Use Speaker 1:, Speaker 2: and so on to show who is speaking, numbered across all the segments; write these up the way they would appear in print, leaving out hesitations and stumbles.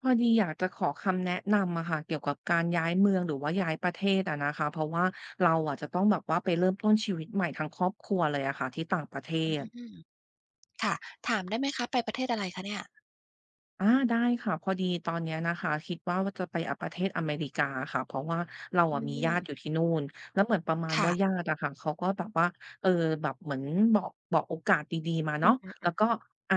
Speaker 1: พอดีอยากจะขอคำแนะนำอะค่ะเกี่ยวกับการย้ายเมืองหรือว่าย้ายประเทศอะนะคะเพราะว่าเราอะจะต้องแบบว่าไปเริ่มต้นชีวิตใหม่ทั้งครอบครัวเลยอะค่ะที่ต่างประเทศ
Speaker 2: อืมค่ะถามได้ไหมคะไปประเทศอะไรคะเนี่ย
Speaker 1: อาได้ค่ะพอดีตอนเนี้ยนะคะคิดว่าจะไปอะประเทศอเมริกาอะค่ะเพราะว่าเรา
Speaker 2: อื
Speaker 1: อะมีญาติอยู่
Speaker 2: ม
Speaker 1: ที่นู่นแล้วเหมือนประมาณว่าญา
Speaker 2: ค่ะ
Speaker 1: ติอะค่ะเขาก็แบบว่าเออแบบเหมือนบอกโอกาสดีๆมา
Speaker 2: อือ
Speaker 1: เนาะแล้
Speaker 2: ฮึ
Speaker 1: วก็อา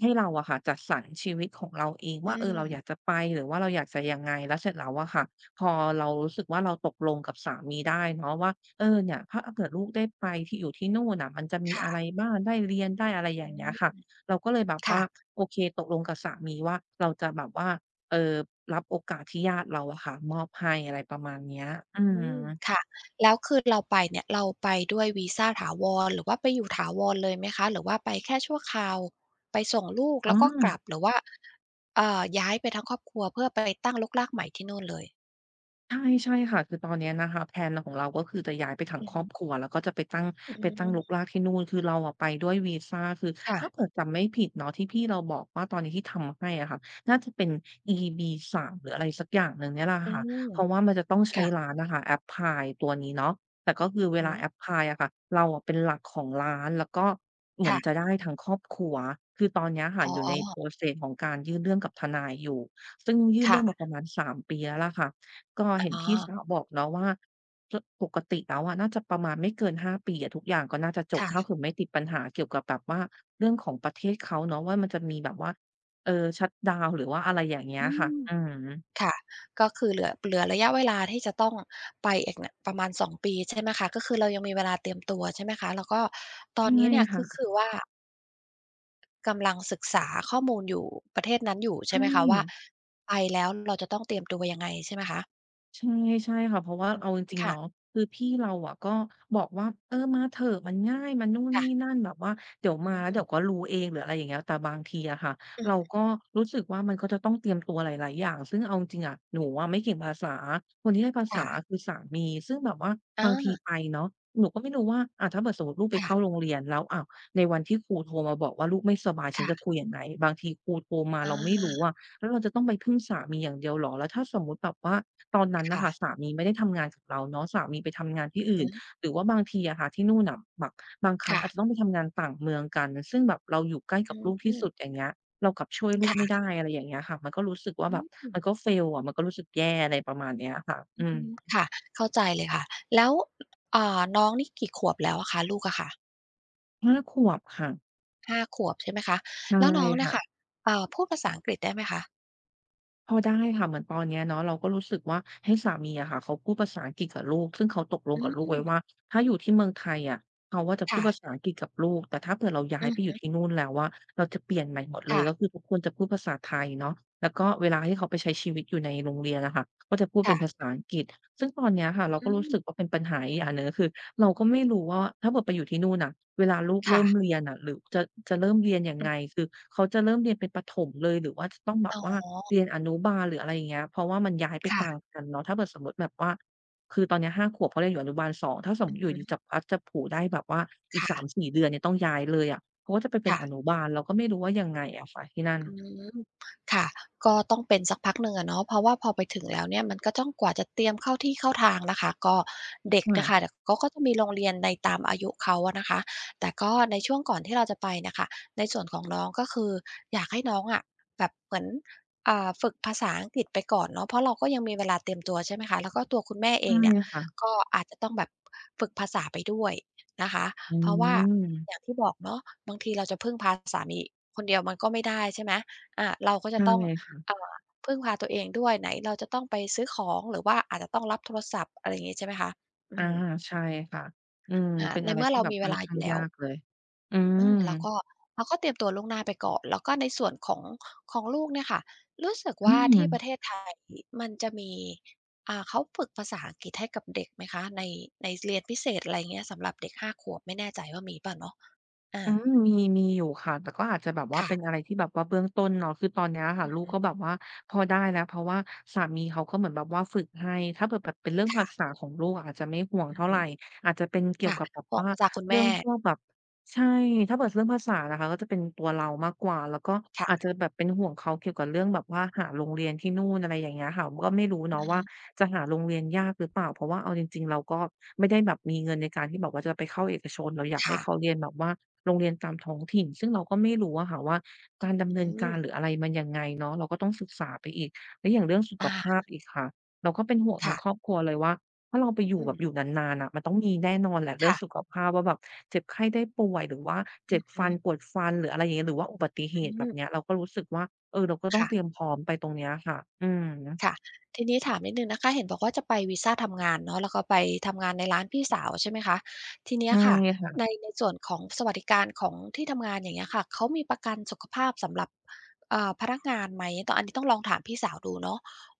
Speaker 1: ให้เราอะค่ะจัดสรรชีวิตของเราเอง
Speaker 2: อื
Speaker 1: ว่าเออเราอยา
Speaker 2: ม
Speaker 1: กจะไปหรือว่าเราอยากจะยังไงแล้วเสร็จแล้วอะค่ะพอเรารู้สึกว่าเราตกลงกับสามีได้เนาะว่าเออเนี่ยถ้าเกิดลูกได้ไปที่อยู่ที่นู่นน่ะมันจะมีอะไร
Speaker 2: ค่ะ
Speaker 1: บ้างได้เรียนได้อะไรอ
Speaker 2: อื
Speaker 1: ย่างเงี้ยค่ะ
Speaker 2: ม
Speaker 1: เราก็เลยแบบว่า
Speaker 2: ค่ะ
Speaker 1: โอเคตกลงกับสามีว่าเราจะแบบว่าเอ่อรับโอกาสที่ญาติเราอะค่ะมอบให้อะไรประมาณเนี้ยอื
Speaker 2: อื
Speaker 1: ม
Speaker 2: มค่ะ แล้วคือเราไปเนี่ยเราไปด้วยวีซาถาวรหรือว่าไปอยู่ถาวรเลยไหมคะ หรือว่าไปแค่ชั่วคราว ไปส่งลูก
Speaker 1: อ๋อ
Speaker 2: แล้วก็กลับหรือว่าย้ายไปทั้งครอบครัวเพื่อไปตั้งรกรากใหม่ที่นู่นเลย
Speaker 1: ใช่ใช่ค่ะคือตอนเนี้ยนะคะแพลนของเราก็คือจะย้ายไปทั้ง
Speaker 2: อื
Speaker 1: ค
Speaker 2: อ
Speaker 1: รอ
Speaker 2: ฮึ
Speaker 1: บครัวแล้วก็จะไปตั้ง
Speaker 2: อื
Speaker 1: ไปตั้ง
Speaker 2: ม
Speaker 1: รกรากที่นู่นคือเราอะไปด้วยวีซาคือถ้า
Speaker 2: ค่ะ
Speaker 1: เกิดจำไม่ผิดเนาะที่พี่เราบอกว่าตอนนี้ที่ทำให้อะค่ะน่าจะเป็น EB3 หรืออะไรสักอย่างหนึ่งเนี่ยแหละ
Speaker 2: อื
Speaker 1: ค่ะ
Speaker 2: ม
Speaker 1: เพราะว่ามันจะต้องใช้
Speaker 2: ค่ะ
Speaker 1: ร้านอะค่ะแอปพลายตัวนี้เนาะแต่ก็คือ
Speaker 2: อือ
Speaker 1: เว
Speaker 2: ฮึ
Speaker 1: ลาแอปพลายอะค่ะเราอะเป็นหลักของร้านแล้วก็เหมือนจะ
Speaker 2: ค่ะ
Speaker 1: ได้ทั้งครอบครัวคือตอนเนี้ยค่ะ
Speaker 2: อ๋อ
Speaker 1: อยู่ใน process ของการยื่นเรื่องกับทนายอยู่ซึ่งยื่น
Speaker 2: ค่ะ
Speaker 1: เรื่องมาประมาณ3 ปีแล้วล่ะค่ะ ก็เห็น
Speaker 2: อ๋อ
Speaker 1: พี่สาวบอกเนาะว่าปกติแล้วอะน่าจะประมาณไม่เกิน5ปีอะทุกอย่างก็น่าจะจบถ้า
Speaker 2: ค่ะ
Speaker 1: คือไม่ติดปัญหาเกี่ยวกับแบบว่าเรื่องของประเทศเขาเนาะว่ามันจะมีแบบว่าเอ่อชัตดาวน์หรือว่าอะไรอย่างเงี้ย
Speaker 2: อื
Speaker 1: ค่ะ
Speaker 2: ม
Speaker 1: อืม
Speaker 2: ค่ะก็คือเหลือระยะเวลาที่จะต้องไปอีกเนี่ยประมาณสองปีใช่ไหมคะก็คือเรายังมีเวลาเตรียมตัวใช่ไหมคะแล้วก็ตอน
Speaker 1: ใช่
Speaker 2: นี้เนี่ยก็
Speaker 1: ค่ะ
Speaker 2: คือว่ากำลังศึกษาข้อมูลอยู่ประเทศนั้นอยู่ใช่
Speaker 1: ใช่
Speaker 2: ไหมคะว่าไปแล้วเราจะต้องเตรียมตัวยังไงใช่ไหมคะ
Speaker 1: ใช่ใช่ค่ะเพราะว่าเอาจริงๆเนาะ
Speaker 2: ค่ะ
Speaker 1: คือพี่เราอะก็บอกว่าเออมาเถอะมันง่ายมันนู่นนี่
Speaker 2: ค่ะ
Speaker 1: นั่นแบบว่าเดี๋ย
Speaker 2: อื
Speaker 1: วมาแล้วเดี๋ยวก็
Speaker 2: ม
Speaker 1: รู้เองหรืออะไรอย่างเงี้ยแต่บางทีอะค่ะ
Speaker 2: อื
Speaker 1: เรา
Speaker 2: ม
Speaker 1: ก็รู้สึกว่ามันก็จะต้องเตรียมตัวหลายๆอย่างซึ่งเอาจริงๆอะหนูอะไม่เก่งภาษาคนที่ได้ภาษา
Speaker 2: ค่ะ
Speaker 1: คือสามีซึ่งแบบว่า
Speaker 2: อา
Speaker 1: บางทีไปเนาะหนูก็ไม่รู้ว่าอะถ้าเกิดสมมุติลูกไปเข้าโร
Speaker 2: ค่ะ
Speaker 1: งเรียนแล้วอ้าวในวันที่ครูโทรมาบอกว่าลูกไม่สบายฉันจะ
Speaker 2: ค่ะ
Speaker 1: คุยยังไงบางทีครูโทรมา
Speaker 2: อา
Speaker 1: เราไม่รู้อะ แล้วเราจะต้องไปพึ่งสามีอย่างเดียวเหรอแล้วถ้าสมมุติแบบว่าตอนนั้นน่ะ
Speaker 2: ค่ะ
Speaker 1: ค่ะสามีไม่ได้ทำงานกับเราเนาะสามีไปทำงานที่
Speaker 2: อือ
Speaker 1: อื่
Speaker 2: ฮึ
Speaker 1: นหรือว่าบางทีอะค่ะที่นู่นน่ะแบบบางครั้ง
Speaker 2: ค่ะ
Speaker 1: อาจจะต้องไปทำงานต่างเมืองกันซึ่งแบบเราอยู่ใกล้กับ
Speaker 2: อื
Speaker 1: ลูกที่
Speaker 2: ม
Speaker 1: สุดอย่างเงี้ยเรากลับช่วยลูกไม่
Speaker 2: ค่ะ
Speaker 1: ได้อะไรอย่างเงี้ยค่ะมันก็รู้สึกว่า
Speaker 2: อื
Speaker 1: แบบ
Speaker 2: ม
Speaker 1: มันก็ fail อะมันก็รู้สึกแย่อะไรประมาณเนี้ยค่ะ
Speaker 2: อื
Speaker 1: อืม
Speaker 2: มค่ะเข้าใจเลยค่ะแล้วอ่าน้องนี่กี่ขวบแล้วอะคะลูกอะค่ะ
Speaker 1: 5 ขวบค่ะ
Speaker 2: ห้าขวบใช่ไหมคะ
Speaker 1: ใช่
Speaker 2: แล้วน้องเนี่ยค่ะ
Speaker 1: ค่ะ
Speaker 2: พูดภาษาอังกฤษได้ไหมคะ
Speaker 1: พอได้ค่ะเหมือนตอนเนี้ยเนาะเราก็รู้สึกว่าให้สามีอะค่ะเขาพูดภาษาอังกฤษกับลูกซึ่งเขาตกลง
Speaker 2: อื
Speaker 1: กับลูกไว้ว่า
Speaker 2: ม
Speaker 1: ถ้าอยู่ที่เมืองไทยอะเขาอะจะพูด
Speaker 2: ค่ะ
Speaker 1: ภาษาอังกฤษกับลูกแต่ถ้าเผื่อเราย้า
Speaker 2: อื
Speaker 1: ย
Speaker 2: อ
Speaker 1: ไปอยู่
Speaker 2: ฮึ
Speaker 1: ที่นู่นแล้วอะเราจะเปลี่ยนใหม่หมดเลยก็
Speaker 2: ค่ะ
Speaker 1: คือทุกคนจะพูดภาษาไทยเนาะแล้วก็เวลาที่เขาไปใช้ชีวิตอยู่ในโรงเรียนอะค่ะก็จะพูดเป็นภาษาอังกฤษซึ่งตอนเนี้ยค่ะเรา
Speaker 2: ๆอื
Speaker 1: ก็รู้
Speaker 2: ม
Speaker 1: สึกว่าเป็นปัญหาอีกอย่างหนึ่งก็คือเราก็ไม่รู้ว่าถ้าเกิดไปอยู่ที่นู่นน่ะเวลาลูก
Speaker 2: ค่ะ
Speaker 1: เริ่มเรียนน่ะหรือจะเริ่มเรียนยัง
Speaker 2: อือ
Speaker 1: ไงคือเขาจะเริ่มเรียนเป็นประถมเลยหรือว่าจะต้องแบบ
Speaker 2: อ๋อ
Speaker 1: ว่า เรียนอนุบาลหรืออะไรอย่างเงี้ยเพราะว่ามันย้ายไปกลาง
Speaker 2: ค่ะ
Speaker 1: คันเนาะถ้าเกิดสมมุติแบบว่าคือตอนเนี้ย5 ขวบเขาเรียนอยู่อนุบาล2ถ้าสม
Speaker 2: อื
Speaker 1: มุ
Speaker 2: อ
Speaker 1: ติอยู่
Speaker 2: ฮึ
Speaker 1: ดีๆจับพลัดจับผลูได้แบบว่าอีก
Speaker 2: ค่ะ
Speaker 1: 3-4เดือนเนี่ยต้องย้ายเลยอะเขาก็จะไปเป็นอนุ
Speaker 2: ค่ะ
Speaker 1: บาลเราก็ไม่รู้ว่ายังไงอะค่ะที่นั่น
Speaker 2: อืมค่ะก็ต้องเป็นสักพักหนึ่งอะเนาะเพราะว่าพอไปถึงแล้วเนี่ยมันก็ต้องกว่าจะเตรียมเข้าที่เข้าทางนะคะก็เด็กน่ะค่ะ
Speaker 1: ค่ะ
Speaker 2: เขาก็จะมีโรงเรียนในตามอายุเขาอะนะคะแต่ก็ในช่วงก่อนที่เราจะไปน่ะค่ะในส่วนของน้องก็คืออยากให้น้องอะแบบเหมือนอ่าฝึกภาษาอังกฤษไปก่อนเนาะเพราะเราก็ยังมีเวลาเตรียมตัวใช่ไหมคะ แล้วก็ตัวคุณแม่เอ
Speaker 1: ใช่
Speaker 2: งเนี่ย
Speaker 1: ค่ะ
Speaker 2: ก็อาจจะต้องแบบฝึกภาษาไปด้วย นะคะ
Speaker 1: อื
Speaker 2: เพราะว่า
Speaker 1: ม
Speaker 2: อย่างที่บอกเนาะบางทีเราจะพึ่งพาสามีคนเดียวมันก็ไม่ได้ใช่ไหมอาเราก็จะ
Speaker 1: ใช่
Speaker 2: ต้อง
Speaker 1: ค่ะ
Speaker 2: อ่าพึ่งพาตัวเองด้วยไหนเราจะต้องไปซื้อของหรือว่าอาจจะต้องรับโทรศัพท์อะไรอย่างงี้ใช่ไหมคะอื
Speaker 1: อา
Speaker 2: ม
Speaker 1: ใช่ค่ะอืม
Speaker 2: อ่า
Speaker 1: เป็น
Speaker 2: ใน
Speaker 1: อะไร
Speaker 2: เมื่อ
Speaker 1: ที่
Speaker 2: เรา
Speaker 1: แบบ
Speaker 2: มี
Speaker 1: ค่
Speaker 2: เว
Speaker 1: อน
Speaker 2: ลาอ
Speaker 1: ข้าง
Speaker 2: ยู่แล้
Speaker 1: ยา
Speaker 2: ว
Speaker 1: กเลยอื
Speaker 2: อื
Speaker 1: ม
Speaker 2: มเราก็เตรียมตัวล่วงหน้าไปก่อนแล้วก็ในส่วนของของลูกเนี่ยค่ะรู้สึก
Speaker 1: อื
Speaker 2: ว่า
Speaker 1: ม
Speaker 2: ที่ประเทศไทยมันจะมีอ่าเขาฝึกภาษาอังกฤษให้กับเด็กไหมคะในเรียนพิเศษอะไรอย่างเงี้ยสำหรับเด็กห้าขวบไม่แน่ใจว่ามีเปล่าเนาะ
Speaker 1: อื
Speaker 2: อา
Speaker 1: มมีอยู่ค่ะแต่ก็อาจจะแบบว่าเป็นอะ
Speaker 2: ค่ะ
Speaker 1: ไรที่แบบว่าเบื้องต้นเนาะคือตอนเนี้ยค่ะ
Speaker 2: อือ
Speaker 1: ลูก
Speaker 2: ฮึ
Speaker 1: ก็แบบว่าพอได้แล้วเพราะว่าสามีเขาก็เหมือนแบบว่าฝึกให้ถ้าเผื่อแบบเป็นเรื่องภา
Speaker 2: ค่ะ
Speaker 1: ษาของลูกอะอาจจะไม่ห่วง
Speaker 2: อือ
Speaker 1: เท่าไร
Speaker 2: ฮึ
Speaker 1: อาจจะเป็นเกี่ยว
Speaker 2: ค่ะ
Speaker 1: กับแบบ
Speaker 2: ออก
Speaker 1: ว่า
Speaker 2: มาจากคุณ
Speaker 1: เรื่อ
Speaker 2: แม่
Speaker 1: งพวกแบบ ใช่ ถ้าเกิดเรื่องภาษานะคะก็จะเป็นตัวเรามากกว่า แล้วก็อาจจะ
Speaker 2: ค่ะ
Speaker 1: แบบเป็นห่วงเขาเกี่ยวกับเรื่องแบบว่าหาโรงเรียนที่นู่นอะไรอย่างเงี้ยค่ะก็ไม่รู้
Speaker 2: อื
Speaker 1: เนาะว่า
Speaker 2: ม
Speaker 1: จะหาโรงเรียนยากหรือเปล่าเพราะว่าเอาจริงๆเราก็ไม่ได้แบบมีเงินในการที่แบบว่าจะไปเข้าเอกชนเราอยากให้
Speaker 2: ค่ะ
Speaker 1: เขาเรียนแบบว่าโรงเรียนตามท้องถิ่นซึ่งเราก็ไม่รู้อะค่ะว่าการดำเนินกา
Speaker 2: อื
Speaker 1: รหรื
Speaker 2: ม
Speaker 1: ออะไรมันยังไงเนาะเราก็ต้องศึกษาไปอีกแล้วอย่างเรื่องสุข
Speaker 2: อา
Speaker 1: ภาพอีกค่ะเราก็เป็นห่วงทั้ง
Speaker 2: ค่ะ
Speaker 1: ครอบครัวเลยว่า ถ้าเราไปอยู่
Speaker 2: อื
Speaker 1: แบ
Speaker 2: ม
Speaker 1: บอยู่นานๆน่ะมันต้องมีแน่นอนแหละเรื่อง
Speaker 2: ค่ะ
Speaker 1: สุขภาพว่าแบบเจ็บไข้ได้ป่วยหรือว่า
Speaker 2: อื
Speaker 1: เจ็บ
Speaker 2: อฮึ
Speaker 1: ฟันปวดฟันหรืออะไรอย่างเงี้ยหรือว่าอุบัติเห
Speaker 2: อื
Speaker 1: ตุแบบเนี้ย
Speaker 2: ม
Speaker 1: เราก็รู้สึกว่าเออเราก็ต้องเตรียม
Speaker 2: ค่ะ
Speaker 1: พร้อมไปตรงเนี้ยค่ะอืม
Speaker 2: ค่ะทีนี้ถามนิดหนึ่งนะคะเห็นบอกว่าจะไปวีซาทำงานเนาะแล้วก็ไปทำงานในร้านพี่สาวใช่ไหมคะทีเนี้ย
Speaker 1: ใช่
Speaker 2: ค่ะใน
Speaker 1: ค่ะ
Speaker 2: ในส่วนของสวัสดิการของที่ทำงานอย่างเงี้ยค่ะเขามีประกันสุขภาพสำหรับพนักงานไหมตอันนี้ต้องลองถามพี่สาวดูเนาะ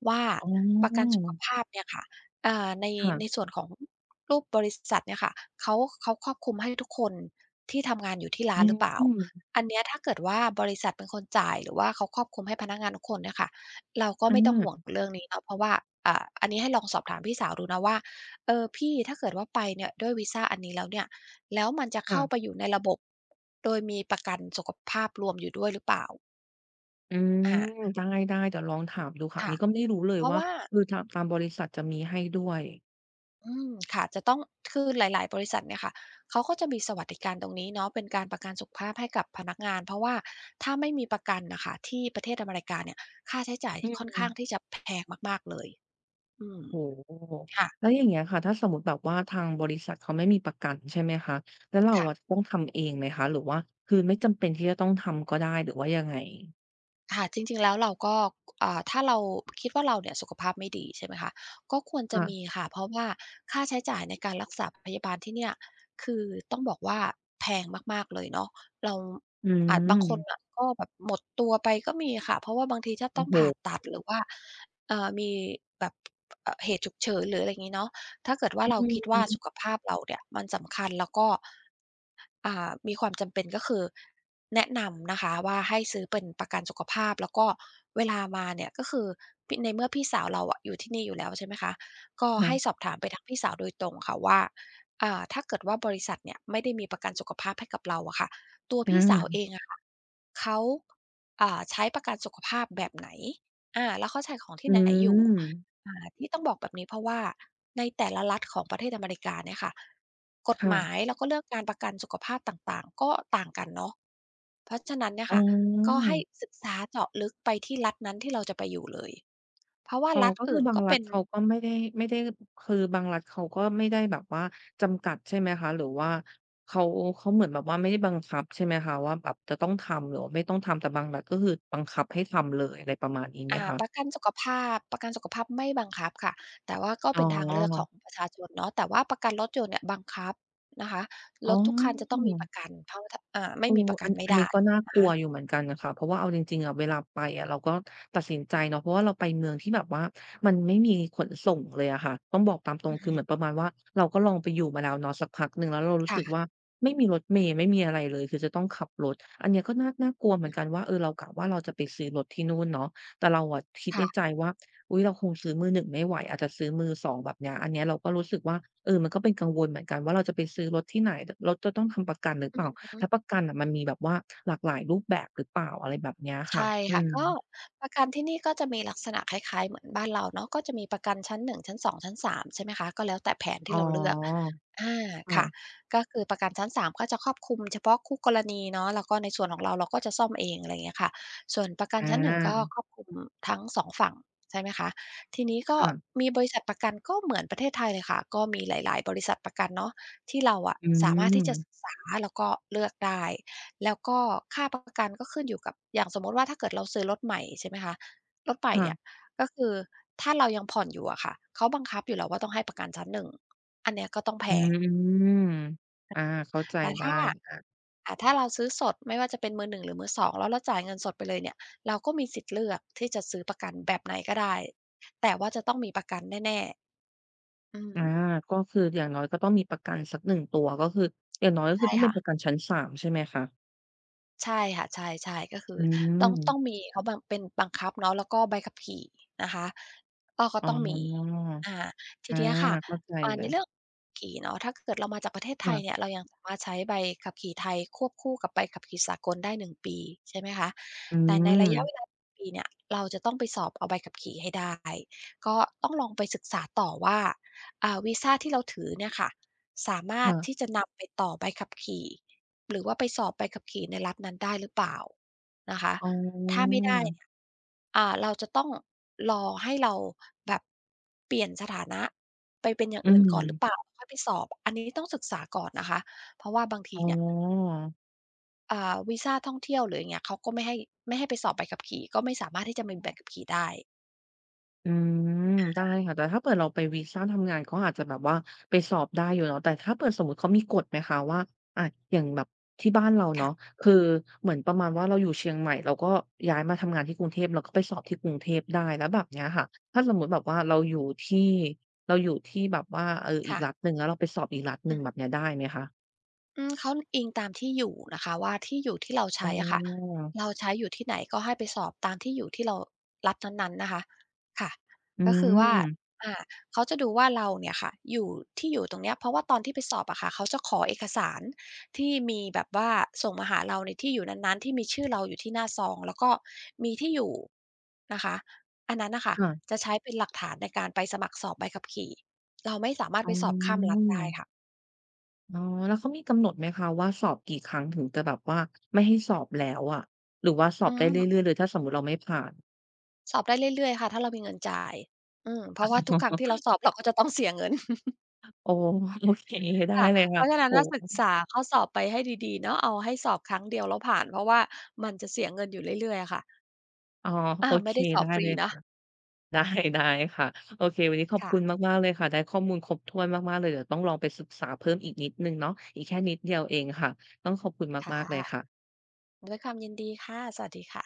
Speaker 2: ว่า
Speaker 1: อ๋
Speaker 2: ประกัน
Speaker 1: อ
Speaker 2: สุขภาพเนี่ยค่ะเอ่าในใน
Speaker 1: ค่ะ
Speaker 2: ส่วนของรูปบริษัทเนี่ยค่ะเขาเขาครอบคลุมให้ทุกคนที่ทำงานอยู่ที่ร้า
Speaker 1: อื
Speaker 2: นหรือเปล่า
Speaker 1: ม
Speaker 2: อันเนี้ยถ้าเกิดว่าบริษัทเป็นคนจ่ายหรือว่าเขาครอบคลุมให้พนักงานทุกคนเนี่ยค่ะ เราก็ไม่ต้องห่วง
Speaker 1: อา
Speaker 2: เรื่องนี้เนาะเพราะว่าอ่าอันนี้ให้ลองสอบถามพี่สาวดูนะว่าเออพี่ถ้าเกิดว่าไปเนี่ยด้วยวีซาอันนี้แล้วเนี่ยแล้วมันจะเข้าไป
Speaker 1: ค่ะ
Speaker 2: อยู่ในระบบโดยมีประกันสุขภาพรวมอยู่ด้วยหรือเปล่า
Speaker 1: อืม
Speaker 2: อา
Speaker 1: ได้ๆเดี๋ยวลองถามดูค่ะอัน
Speaker 2: ค่ะ
Speaker 1: นี้ก็ไม่รู้เลย
Speaker 2: เพราะ
Speaker 1: ว่า
Speaker 2: ว่า
Speaker 1: คือทางบริษัทจะมีให้ด้วย
Speaker 2: อืมค่ะจะต้องคือหลายๆบริษัทเนี่ยค่ะเขาก็จะมีสวัสดิการตรงนี้เนาะเป็นการประกันสุขภาพให้กับพนักงานเพราะว่าถ้าไม่มีประกันน่ะค่ะที่ประเทศอเมริกาเนี่ยค่าใช้จ่าย
Speaker 1: อื
Speaker 2: ค่อนข้า
Speaker 1: ม
Speaker 2: งที่จะแพงมากๆเลยอืม
Speaker 1: โอ้โฮ
Speaker 2: ค่ะ
Speaker 1: แล้วอย่างเงี้ยค่ะ ถ้าสมมุติแบบว่าทางบริษัทเขาไม่มีประกันใช่ไหมคะ แล้วเราอะ
Speaker 2: ค่ะ
Speaker 1: จะต้องทำเองไหมคะ หรือว่าคือไม่จำเป็นที่จะต้องทำก็ได้ หรือว่ายังไง
Speaker 2: ค่ะจริงๆแล้วเราก็อ่าถ้าเราคิดว่าเราเนี่ยสุขภาพไม่ดีใช่ไหมคะก็ควรจะมี
Speaker 1: ค่ะ
Speaker 2: ค่ะเพราะว่าค่าใช้จ่ายในการรักษาพยาบาลที่เนี่ยคือต้องบอกว่าแพงมากๆเลยเนาะเรา
Speaker 1: อื
Speaker 2: อาจบางคน
Speaker 1: ม
Speaker 2: น่ะก็แบบหมดตัวไปก็มีค่ะเพราะว่าบางทีถ้าต้
Speaker 1: โอ้
Speaker 2: อง
Speaker 1: โฮ
Speaker 2: ผ่าตัดหรือว่ามีแบบเหตุฉุกเฉินหรืออะไรงี้เนาะถ้าเกิดว่าเรา
Speaker 1: อื
Speaker 2: คิดว่า
Speaker 1: ม
Speaker 2: สุขภาพเราเนี่ยมันสำคัญแล้วก็ มีความจำเป็นก็คือแนะนำนะคะว่าให้ซื้อเป็นประกันสุขภาพแล้วก็เวลามาเนี่ยก็คือพี่ในเมื่อพี่สาวเราอะอยู่ที่นี่อยู่แล้วใช่ไหมคะก็ให้ส
Speaker 1: ค่ะ
Speaker 2: อบถามไปทางพี่สาวโดยตรงค่ะว่าถ้าเกิดว่าบริษัทเนี่ยไม่ได้มีประกันสุขภาพให้กับเราอะค่ะตัวพี่สาวเอ
Speaker 1: อา
Speaker 2: งอะค่ะเขาใช้ประกันสุขภาพแบบไหนอาแล้วเขาใช้ของที่
Speaker 1: อื
Speaker 2: ไหนอยู่
Speaker 1: ม
Speaker 2: ที่ต้องบอกแบบนี้เพราะว่าในแต่ละรัฐของประเทศอเมริกาเนี่ยค่ะ กฎ
Speaker 1: ค่ะ
Speaker 2: หมายแล้วก็เลือกการประกันสุขภาพต่างๆก็ต่างกันเนาะเพราะฉะนั้นเนี่ย
Speaker 1: อ๋
Speaker 2: ค่ะก็
Speaker 1: อ
Speaker 2: ให้ศึกษาเจาะลึกไปที่รัฐนั้นที่เราจะไปอยู่เลยเพราะว่า
Speaker 1: อ๋อ
Speaker 2: รัฐ
Speaker 1: ก็คือ
Speaker 2: อื่น
Speaker 1: บาง
Speaker 2: ก็
Speaker 1: รัฐ
Speaker 2: เป็น
Speaker 1: เขาก็ไม่ได้ไม่ได้คือบางรัฐเขาก็ไม่ได้แบบว่าจำกัดใช่ไหมคะหรือว่าเขาเขาเหมือนแบบว่าไม่ได้บังคับใช่ไหมคะว่าแบบจะต้องทำหรือว่าไม่ต้องทำแต่บางรัฐก็คือบังคับให้ทำเลยอะไรประมาณนี้ไหมคะ
Speaker 2: ประกันสุขภาพประกันสุขภาพไม่บังคับค่ะแต่ว่าก็
Speaker 1: อ๋อ
Speaker 2: เป็นทางเลือกของประชาชนเนาะแต่ว่าประกันรถยนต์เนี่ยบังคับนะคะ
Speaker 1: อ๋
Speaker 2: ร
Speaker 1: อ
Speaker 2: ถทุกคันจะต้องมีประกันเพราะว่าถ้าไม่
Speaker 1: เออ
Speaker 2: มีประกั
Speaker 1: อั
Speaker 2: น
Speaker 1: น
Speaker 2: ไม่
Speaker 1: อันนี้
Speaker 2: ได้
Speaker 1: ก็น่าก
Speaker 2: นะ
Speaker 1: ลัวอยู่
Speaker 2: คะ
Speaker 1: เหมือนกันน่ะค่ะเพราะว่าเอาจริงๆอะเวลาไปอะเราก็ตัดสินใจเนาะเพราะว่าเราไปเมืองที่แบบว่ามันไม่มีขนส่งเลยอะค่ะต้องบอกตามตร
Speaker 2: อื
Speaker 1: ง
Speaker 2: อ
Speaker 1: คือ
Speaker 2: ฮึ
Speaker 1: เหมือนประมาณว่าเราก็ลองไปอยู่มาแล้วเนาะสักพักหนึ่งแล้วเรารู้สึก
Speaker 2: ค่ะ
Speaker 1: ว่าไม่มีรถเมล์ไม่มีอะไรเลยคือจะต้องขับรถอันเนี้ยก็น่ากลัวเหมื
Speaker 2: อื
Speaker 1: อ
Speaker 2: อ
Speaker 1: นกันว่าเออเรากะว่าเราจะไปซื้อรถที่นู่นเนาะแต่เราอะคิดในใจ
Speaker 2: ค่ะ
Speaker 1: ว่าอุ๊ยเราคงซื้อมือหนึ่งไม่ไหวอาจจะซื้อมือสองแบบเนี้ยอันเนี้ยเราก็รู้สึกว่าเออมันก็เป็นกังวลเหมือนกันว่าเราจะไปซื้อรถที่ไหนรถจะต้องทำประกันหรือเปล่า
Speaker 2: อือ
Speaker 1: แล้วป
Speaker 2: ฮึ
Speaker 1: ระกันอ่ะมันมีแบบว่าหลากหลายรูปแบบหรือเปล่าอะไรแบบเนี้ยค่ะ
Speaker 2: ใช่
Speaker 1: อื
Speaker 2: ค่ะ
Speaker 1: ม
Speaker 2: ก็ประกันที่นี่ก็จะมีลักษณะคล้ายๆเหมือนบ้านเราเนาะก็จะมีประกันชั้นหนึ่งชั้นสองชั้นสามใช่ไหมคะก็แล้วแต่แผน
Speaker 1: อ๋อ
Speaker 2: ที่เราเลือกอาค่ะ
Speaker 1: ค่ะ
Speaker 2: ก็คือประกันชั้นสามก็จะครอบคลุมเฉพาะคู่กรณีเนาะแล้วก็ในส่วนของเราเราก็จะซ่อมเองอะไรอย่างเงี้ยค่ะส่วนประกัน
Speaker 1: อา
Speaker 2: ชั้นหนึ่งก็ครอบคลุมทั้งสองฝั่งใช่ไหมคะทีนี้ก็
Speaker 1: ค่ะ
Speaker 2: มีบริษัทประกันก็เหมือนประเทศไทยเลยค่ะก็มีหลายๆบริษัทประกันเนาะที่เราอะ
Speaker 1: อื
Speaker 2: สามารถที่
Speaker 1: ม
Speaker 2: จะศึกษาแล้วก็เลือกได้ แล้วก็ค่าประกันก็ขึ้นอยู่กับอย่างสมมุติว่าถ้าเกิดเราซื้อรถใหม่ใช่ไหมคะรถใหม่เนี่ย
Speaker 1: ค่ะ
Speaker 2: ก็คือถ้าเรายังผ่อนอยู่อะค่ะเขาบังคับอยู่แล้วว่าต้องให้ประกันชั้น1อันเนี้ยก็ต้องแพ
Speaker 1: อื
Speaker 2: ง
Speaker 1: มอาเข้าใจ
Speaker 2: แต่
Speaker 1: ได้
Speaker 2: ถ้า
Speaker 1: ค่ะ
Speaker 2: ถ้าเราซื้อสดไม่ว่าจะเป็นมือ1หรือมือสองแล้วเราจ่ายเงินสดไปเลยเนี่ยเราก็มีสิทธิ์เลือกที่จะซื้อประกันแบบไหนก็ได้แต่ว่าจะต้องมีประกันแน่ๆอืม
Speaker 1: อาก็คืออย่างน้อยก็ต้องมีประกันสักหนึ่งตัวก็คืออย่างน้อยก็คือ
Speaker 2: ใช่
Speaker 1: ต้องเป็น
Speaker 2: ค่ะ
Speaker 1: ประกันชั้นสามใช่ไหมคะ
Speaker 2: ใช่ค่ะใช่ๆก็คื
Speaker 1: อื
Speaker 2: อ
Speaker 1: ม
Speaker 2: ต้องมีเขาบังคับเนาะแล้วก็ใบขับขี่นะคะก็
Speaker 1: อ๋อ
Speaker 2: ต้องมีอ่าที
Speaker 1: อา
Speaker 2: เนี้ยค่ะ
Speaker 1: เข้าใจเล
Speaker 2: ใน
Speaker 1: ย
Speaker 2: เรื่องขี่เนาะถ้าเกิดเรามาจากประเทศไทยเนี่ย
Speaker 1: ค่ะ
Speaker 2: เรายังสามารถใช้ใบขับขี่ไทยควบคู่กับใบขับขี่สากลได้1 ปีใช่ไหมคะ
Speaker 1: อื
Speaker 2: แต่ในระ
Speaker 1: ม
Speaker 2: ยะเวลาปีเนี่ยเราจะต้องไปสอบเอาใบขับขี่ให้ได้ก็ต้องลองไปศึกษาต่อว่าวีซาที่เราถือเนี่ยค่ะสามารถที่
Speaker 1: ค่ะ
Speaker 2: จะนำไปต่อใบขับขี่ หรือว่าไปสอบใบขับขี่ในรัฐนั้นได้หรือเปล่านะคะ
Speaker 1: อ๋อ
Speaker 2: ถ้าไม่ได้เนี่ยเราจะต้องรอให้เราแบบเปลี่ยนสถานะไปเป็นอย่าง
Speaker 1: อื
Speaker 2: อื่
Speaker 1: ม
Speaker 2: นก่อนหรือเปล่าค่อยไปสอบอันนี้ต้องศึกษาก่อนนะคะเพราะว่าบางที
Speaker 1: อ๋
Speaker 2: เนี่ย
Speaker 1: อ
Speaker 2: วีซาท่องเที่ยวหรืออย่างเงี้ยเขาก็ไม่ให้ไปสอบใบขับขี่ก็ไม่สามารถที่จะมีใบขับขี่ได้
Speaker 1: อืมได้ค่ะแต่ถ้าเปิดเราไปวีซาทำงานเขาอาจจะแบบว่าไปสอบได้อยู่เนาะแต่ถ้าเปิดสมมุติเขามีกฎไหมคะว่าอะอย่างแบบที่บ้านเราเนาะ
Speaker 2: ค่ะ
Speaker 1: คือเหมือนประมาณว่าเราอยู่เชียงใหม่เราก็ย้ายมาทำงานที่กรุงเทพเราก็ไปสอบที่กรุงเทพได้แล้วแบบเนี้ยค่ะถ้าสมมุติแบบว่าเราอยู่ที่เราอยู่ที่แบบว่าอีกรัฐ
Speaker 2: ค่ะ
Speaker 1: หนึ่งแล้วเราไปสอบอีกรัฐห
Speaker 2: อื
Speaker 1: นึ่งแบ
Speaker 2: อ
Speaker 1: บเนี้ยได้ไหมคะ
Speaker 2: อืมเขาอิงตามที่อยู่นะคะว่าที่อยู่ที่เรา
Speaker 1: อ๋
Speaker 2: ใช้อะค่ะ
Speaker 1: อ
Speaker 2: เราใช้อยู่ที่ไหนก็ให้ไปสอบตามที่อยู่ที่เรารับนั้นๆนะคะค่ะ
Speaker 1: อื
Speaker 2: ก็คือว่า
Speaker 1: ม
Speaker 2: อ่าเขาจะดูว่าเราเนี่ยค่ะอยู่ที่อยู่ตรงเนี้ยเพราะว่าตอนที่ไปสอบอะค่ะเขาจะขอเอกสารที่มีแบบว่าส่งมาหาเราในที่อยู่นั้นๆที่มีชื่อเราอยู่ที่หน้าซองแล้วก็มีที่อยู่นะคะอันนั้นน่ะค่ะ
Speaker 1: ค่ะ
Speaker 2: จะใช้เป็นหลักฐานในการไปสมัครสอบใบขับขี่เราไม่สามารถ
Speaker 1: อ๋อ
Speaker 2: ไปสอบข้ามรัฐได้ค่ะ
Speaker 1: อ๋อแล้วเขามีกำหนดไหมคะว่าสอบกี่ครั้งถึงจะแบบว่าไม่ให้สอบแล้วอะหรือว่าสอ
Speaker 2: อื
Speaker 1: บได้เรื่อ
Speaker 2: ม
Speaker 1: ยๆเลยถ้าสมมุติเราไม่ผ่าน
Speaker 2: สอบได้เรื่อยๆค่ะถ้าเรามีเงินจ่ายอืมเพราะว่าทุกครั้งที่เรา สอบ เราก็จะต้องเสียเงิน
Speaker 1: โอ้โอเคได้
Speaker 2: ค่ะ
Speaker 1: เลย
Speaker 2: เพ
Speaker 1: ค่ะ
Speaker 2: ราะฉะนั้น
Speaker 1: โอ้
Speaker 2: น่ะศึก
Speaker 1: โฮ
Speaker 2: ษาข้อสอบไปให้ดีๆเนาะเอาให้สอบครั้งเดียวแล้วผ่านเพราะว่ามันจะเสียเงินอยู่เรื่อยๆอะค่ะ
Speaker 1: อ๋อโอ
Speaker 2: อา
Speaker 1: เค
Speaker 2: ไม่ได้สอ
Speaker 1: ได้
Speaker 2: บฟ
Speaker 1: เล
Speaker 2: รี
Speaker 1: ย
Speaker 2: นะ
Speaker 1: ค่ะได้ได้ค่ะโอเควันนี้ขอบคุณ
Speaker 2: ค่ะ
Speaker 1: มากๆเลยค่ะได้ข้อมูลครบถ้วนมากๆเลยเดี๋ยวต้องลองไปศึกษาเพิ่มอีกนิดหนึ่งเนาะอีกแค่นิดเดียวเองค่ะต้องขอบคุณ
Speaker 2: ค่
Speaker 1: มากๆเลย
Speaker 2: ะ
Speaker 1: ค่ะ
Speaker 2: ด้วยความยินดีค่ะสวัสดีค่ะ